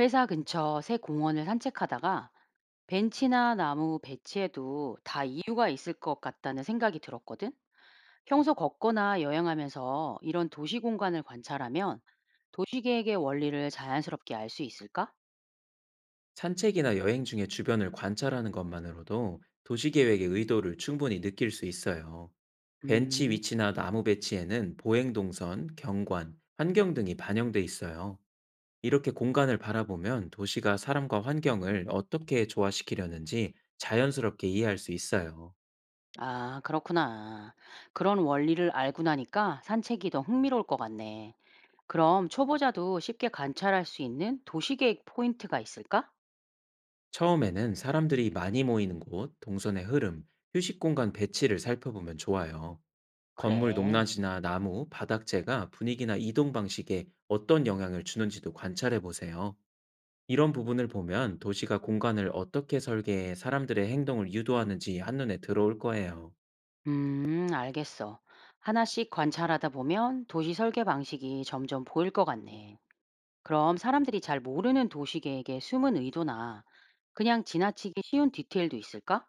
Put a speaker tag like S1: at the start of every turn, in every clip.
S1: 회사 근처 새 공원을 산책하다가 벤치나 나무 배치에도 다 이유가 있을 것 같다는 생각이 들었거든. 평소 걷거나 여행하면서 이런 도시 공간을 관찰하면 도시계획의 원리를 자연스럽게 알 수 있을까?
S2: 산책이나 여행 중에 주변을 관찰하는 것만으로도 도시 계획의 의도를 충분히 느낄 수 있어요. 벤치
S1: 음,
S2: 위치나 나무 배치에는 보행 동선, 경관, 환경 등이 반영돼 있어요. 이렇게 공간을 바라보면 도시가 사람과 환경을 어떻게 조화시키려는지 자연스럽게 이해할 수 있어요.
S1: 아, 그렇구나. 그런 원리를 알고 나니까 산책이 더 흥미로울 것 같네. 그럼 초보자도 쉽게 관찰할 수 있는 도시계획 포인트가 있을까?
S2: 처음에는 사람들이 많이 모이는 곳, 동선의 흐름, 휴식 공간 배치를 살펴보면 좋아요. 건물
S1: 그래.
S2: 높낮이나 나무, 바닥재가 분위기나 이동 방식에 어떤 영향을 주는지도 관찰해 보세요. 이런 부분을 보면 도시가 공간을 어떻게 설계해 사람들의 행동을 유도하는지 한눈에 들어올 거예요.
S1: 알겠어. 하나씩 관찰하다 보면 도시 설계 방식이 점점 보일 것 같네. 그럼 사람들이 잘 모르는 도시 계획의 숨은 의도나 그냥 지나치기 쉬운 디테일도 있을까?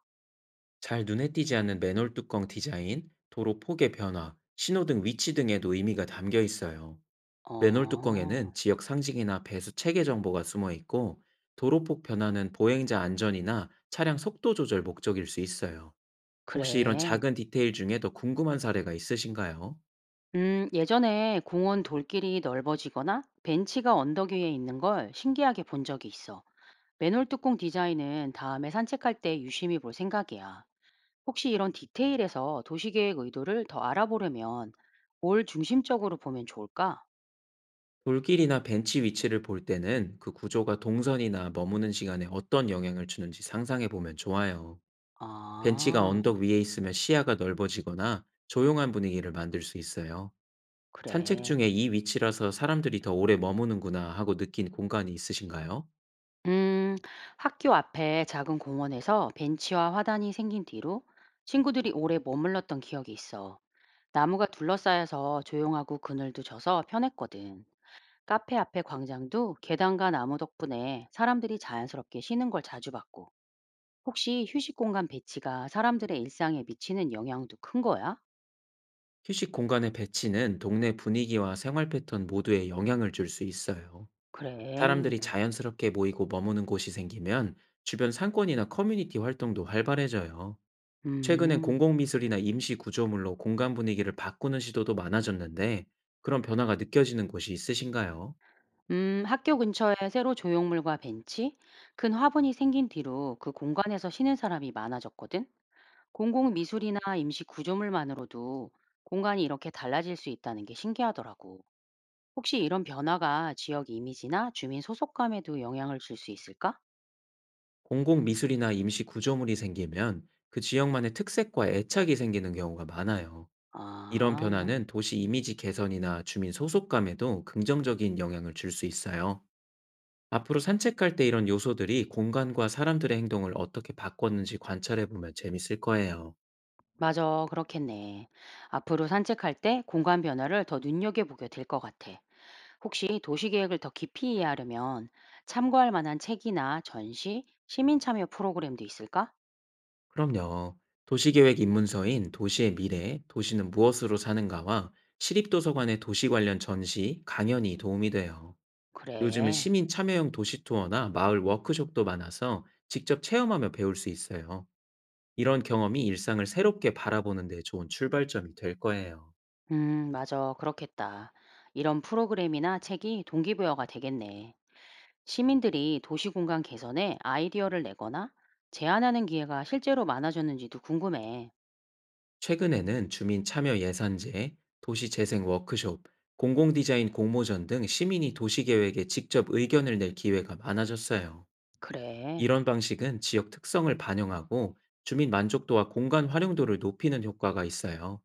S2: 잘 눈에 띄지 않는 맨홀 뚜껑 디자인, 도로 폭의 변화, 신호등 위치 등에도 의미가 담겨 있어요. 맨홀
S1: 어,
S2: 뚜껑에는 지역 상징이나 배수 체계 정보가 숨어 있고, 도로폭 변화는 보행자 안전이나 차량 속도 조절 목적일 수 있어요. 혹시 이런
S1: 그래.
S2: 작은 디테일 중에 더 궁금한 사례가 있으신가요?
S1: 예전에 공원 돌길이 넓어지거나 벤치가 언덕 위에 있는 걸 신기하게 본 적이 있어. 맨홀 뚜껑 디자인은 다음에 산책할 때 유심히 볼 생각이야. 혹시 이런 디테일에서 도시계획 의도를 더 알아보려면 뭘 중심적으로 보면 좋을까?
S2: 돌길이나 벤치 위치를 볼 때는 그 구조가 동선이나 머무는 시간에 어떤 영향을 주는지 상상해 보면 좋아요. 벤치가
S1: 아,
S2: 언덕 위에 있으면 시야가 넓어지거나 조용한 분위기를 만들 수 있어요. 산책
S1: 그래.
S2: 중에 이 위치라서 사람들이 더 오래 머무는구나 하고 느낀 공간이 있으신가요?
S1: 음, 학교 앞에 작은 공원에서 벤치와 화단이 생긴 뒤로 친구들이 오래 머물렀던 기억이 있어. 나무가 둘러싸여서 조용하고 그늘도 져서 편했거든. 카페 앞에 광장도 계단과 나무 덕분에 사람들이 자연스럽게 쉬는 걸 자주 봤고. 혹시 휴식 공간 배치가 사람들의 일상에 미치는 영향도 큰 거야?
S2: 휴식 공간의 배치는 동네 분위기와 생활 패턴 모두에 영향을 줄 수 있어요.
S1: 그래.
S2: 사람들이 자연스럽게 모이고 머무는 곳이 생기면 주변 상권이나 커뮤니티 활동도 활발해져요. 최근엔
S1: 음.
S2: 공공미술이나 임시 구조물로 공간 분위기를 바꾸는 시도도 많아졌는데 그런 변화가 느껴지는 곳이 있으신가요?
S1: 학교 근처에 새로 조형물과 벤치, 큰 화분이 생긴 뒤로 그 공간에서 쉬는 사람이 많아졌거든. 공공 미술이나 임시 구조물만으로도 공간이 이렇게 달라질 수 있다는 게 신기하더라고. 혹시 이런 변화가 지역 이미지나 주민 소속감에도 영향을 줄 수 있을까?
S2: 공공미술이나 임시 구조물이 생기면 그 지역만의 특색과 애착이 생기는 경우가 많아요. 이런
S1: 아,
S2: 변화는 도시 이미지 개선이나 주민 소속감에도 긍정적인 영향을 줄 수 있어요. 앞으로 산책할 때 이런 요소들이 공간과 사람들의 행동을 어떻게 바꿨는지 관찰해 보면 재밌을 거예요.
S1: 맞아. 그렇겠네. 앞으로 산책할 때 공간 변화를 더 눈여겨보게 될 것 같아. 혹시 도시계획을 더 깊이 이해하려면 참고할 만한 책이나 전시, 시민참여 프로그램도 있을까?
S2: 그럼요. 도시계획 입문서인 도시의 미래, 도시는 무엇으로 사는가와 시립도서관의 도시 관련 전시, 강연이 도움이 돼요. 요즘은
S1: 그래.
S2: 시민 참여형 도시 투어나 마을 워크숍도 많아서 직접 체험하며 배울 수 있어요. 이런 경험이 일상을 새롭게 바라보는 데 좋은 출발점이 될 거예요.
S1: 맞아. 그렇겠다. 이런 프로그램이나 책이 동기부여가 되겠네. 시민들이 도시공간 개선에 아이디어를 내거나 제안하는 기회가 실제로 많아졌는지도 궁금해.
S2: 최근에는 주민 참여 예산제, 도시 재생 워크숍, 공공 디자인 공모전 등 시민이 도시 계획에 직접 의견을 낼 기회가 많아졌어요.
S1: 그래.
S2: 이런 방식은 지역 특성을 반영하고 주민 만족도와 공간 활용도를 높이는 효과가 있어요.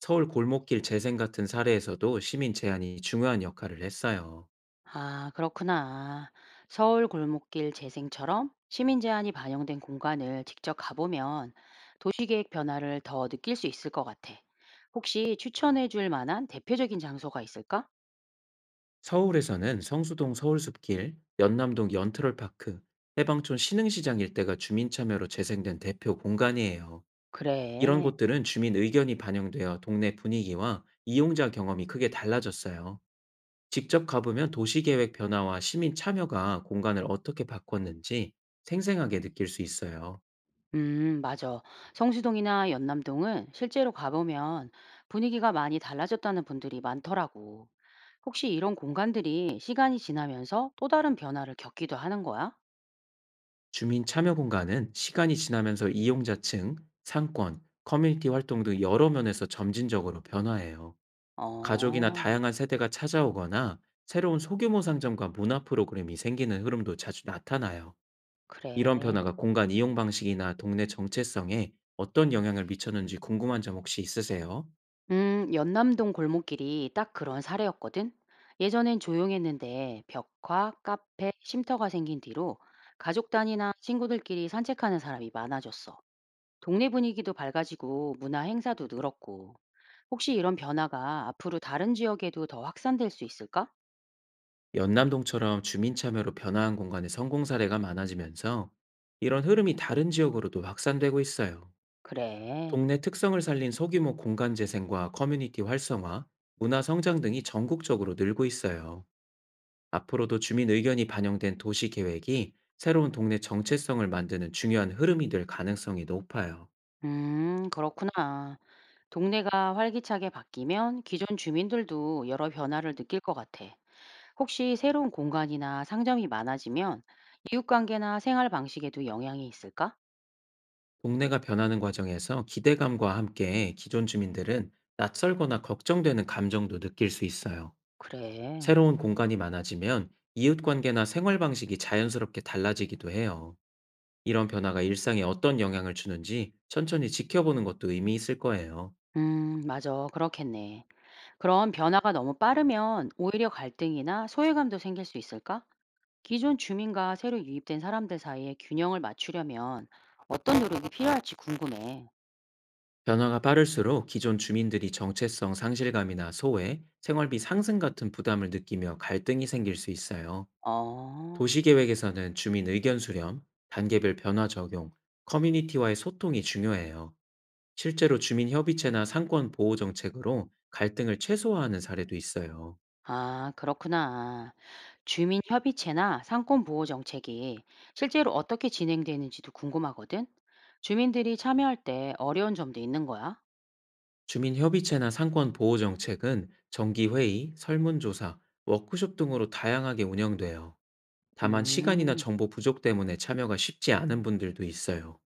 S2: 서울 골목길 재생 같은 사례에서도 시민 제안이 중요한 역할을 했어요.
S1: 아, 그렇구나. 서울 골목길 재생처럼 시민 제안이 반영된 공간을 직접 가보면 도시계획 변화를 더 느낄 수 있을 것 같아. 혹시 추천해 줄 만한 대표적인 장소가 있을까?
S2: 서울에서는 성수동 서울숲길, 연남동 연트럴파크, 해방촌 신흥시장 일대가 주민 참여로 재생된 대표 공간이에요. 이런
S1: 그래.
S2: 곳들은 주민 의견이 반영되어 동네 분위기와 이용자 경험이 크게 달라졌어요. 직접 가보면 도시계획 변화와 시민 참여가 공간을 어떻게 바꿨는지 생생하게 느낄 수 있어요.
S1: 맞아. 성수동이나 연남동은 실제로 가보면 분위기가 많이 달라졌다는 분들이 많더라고. 혹시 이런 공간들이 시간이 지나면서 또 다른 변화를 겪기도 하는 거야?
S2: 주민 참여 공간은 시간이 지나면서 이용자층, 상권, 커뮤니티 활동 등 여러 면에서 점진적으로 변화해요. 가족이나
S1: 어,
S2: 다양한 세대가 찾아오거나 새로운 소규모 상점과 문화 프로그램이 생기는 흐름도 자주 나타나요. 이런
S1: 그래.
S2: 변화가 공간 이용 방식이나 동네 정체성에 어떤 영향을 미쳤는지 궁금한 점 혹시 있으세요?
S1: 연남동 골목길이 딱 그런 사례였거든. 예전엔 조용했는데 벽화, 카페, 쉼터가 생긴 뒤로 가족 단위나 친구들끼리 산책하는 사람이 많아졌어. 동네 분위기도 밝아지고 문화 행사도 늘었고. 혹시 이런 변화가 앞으로 다른 지역에도 더 확산될 수 있을까?
S2: 연남동처럼 주민 참여로 변화한 공간의 성공 사례가 많아지면서 이런 흐름이 다른 지역으로도 확산되고 있어요.
S1: 그래.
S2: 동네 특성을 살린 소규모 공간 재생과 커뮤니티 활성화, 문화 성장 등이 전국적으로 늘고 있어요. 앞으로도 주민 의견이 반영된 도시 계획이 새로운 동네 정체성을 만드는 중요한 흐름이 될 가능성이 높아요.
S1: 그렇구나. 동네가 활기차게 바뀌면 기존 주민들도 여러 변화를 느낄 것 같아. 혹시 새로운 공간이나 상점이 많아지면 이웃관계나 생활 방식에도 영향이 있을까?
S2: 동네가 변하는 과정에서 기대감과 함께 기존 주민들은 낯설거나 걱정되는 감정도 느낄 수 있어요.
S1: 그래.
S2: 새로운 공간이 많아지면 이웃 관계나 생활 방식이 자연스럽게 달라지기도 해요. 이런 변화가 일상에 어떤 영향을 주는지 천천히 지켜보는 것도 의미 있을 거예요.
S1: 맞아. 그렇겠네. 그럼 변화가 너무 빠르면 오히려 갈등이나 소외감도 생길 수 있을까? 기존 주민과 새로 유입된 사람들 사이에 균형을 맞추려면 어떤 노력이 필요할지 궁금해.
S2: 변화가 빠를수록 기존 주민들이 정체성 상실감이나 소외, 생활비 상승 같은 부담을 느끼며 갈등이 생길 수 있어요.
S1: 어.
S2: 도시계획에서는 주민 의견 수렴, 단계별 변화 적용, 커뮤니티와의 소통이 중요해요. 실제로 주민협의체나 상권 보호 정책으로 갈등을 최소화하는 사례도 있어요.
S1: 아, 그렇구나. 주민 협의체나 상권 보호 정책이 실제로 어떻게 진행되는지도 궁금하거든. 주민들이 참여할 때 어려운 점도 있는 거야?
S2: 주민협의체나 상권 보호 정책은 정기회의, 설문조사, 워크숍 등으로 다양하게 운영돼요. 다만 시간이나
S1: 음,
S2: 정보 부족 때문에 참여가 쉽지 않은 분들도 있어요.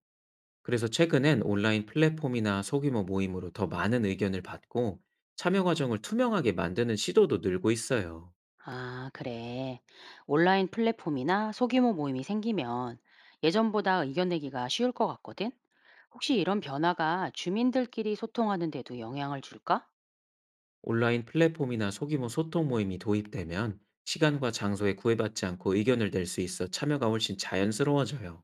S2: 그래서 최근엔 온라인 플랫폼이나 소규모 모임으로 더 많은 의견을 받고 참여 과정을 투명하게 만드는 시도도 늘고 있어요.
S1: 아, 그래. 온라인 플랫폼이나 소규모 모임이 생기면 예전보다 의견 내기가 쉬울 것 같거든. 혹시 이런 변화가 주민들끼리 소통하는 데도 영향을 줄까?
S2: 온라인 플랫폼이나 소규모 소통 모임이 도입되면 시간과 장소에 구애받지 않고 의견을 낼 수 있어 참여가 훨씬 자연스러워져요.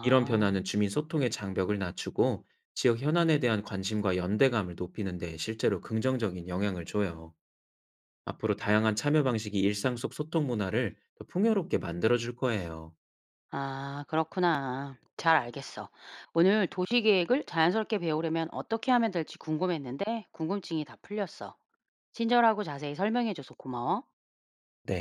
S2: 이런 변화는 주민 소통의 장벽을 낮추고 지역 현안에 대한 관심과 연대감을 높이는 데 실제로 긍정적인 영향을 줘요. 앞으로 다양한 참여 방식이 일상 속 소통 문화를 더 풍요롭게 만들어줄 거예요.
S1: 아, 그렇구나. 잘 알겠어. 오늘 도시계획을 자연스럽게 배우려면 어떻게 하면 될지 궁금했는데 궁금증이 다 풀렸어. 친절하고 자세히 설명해줘서 고마워.
S2: 네.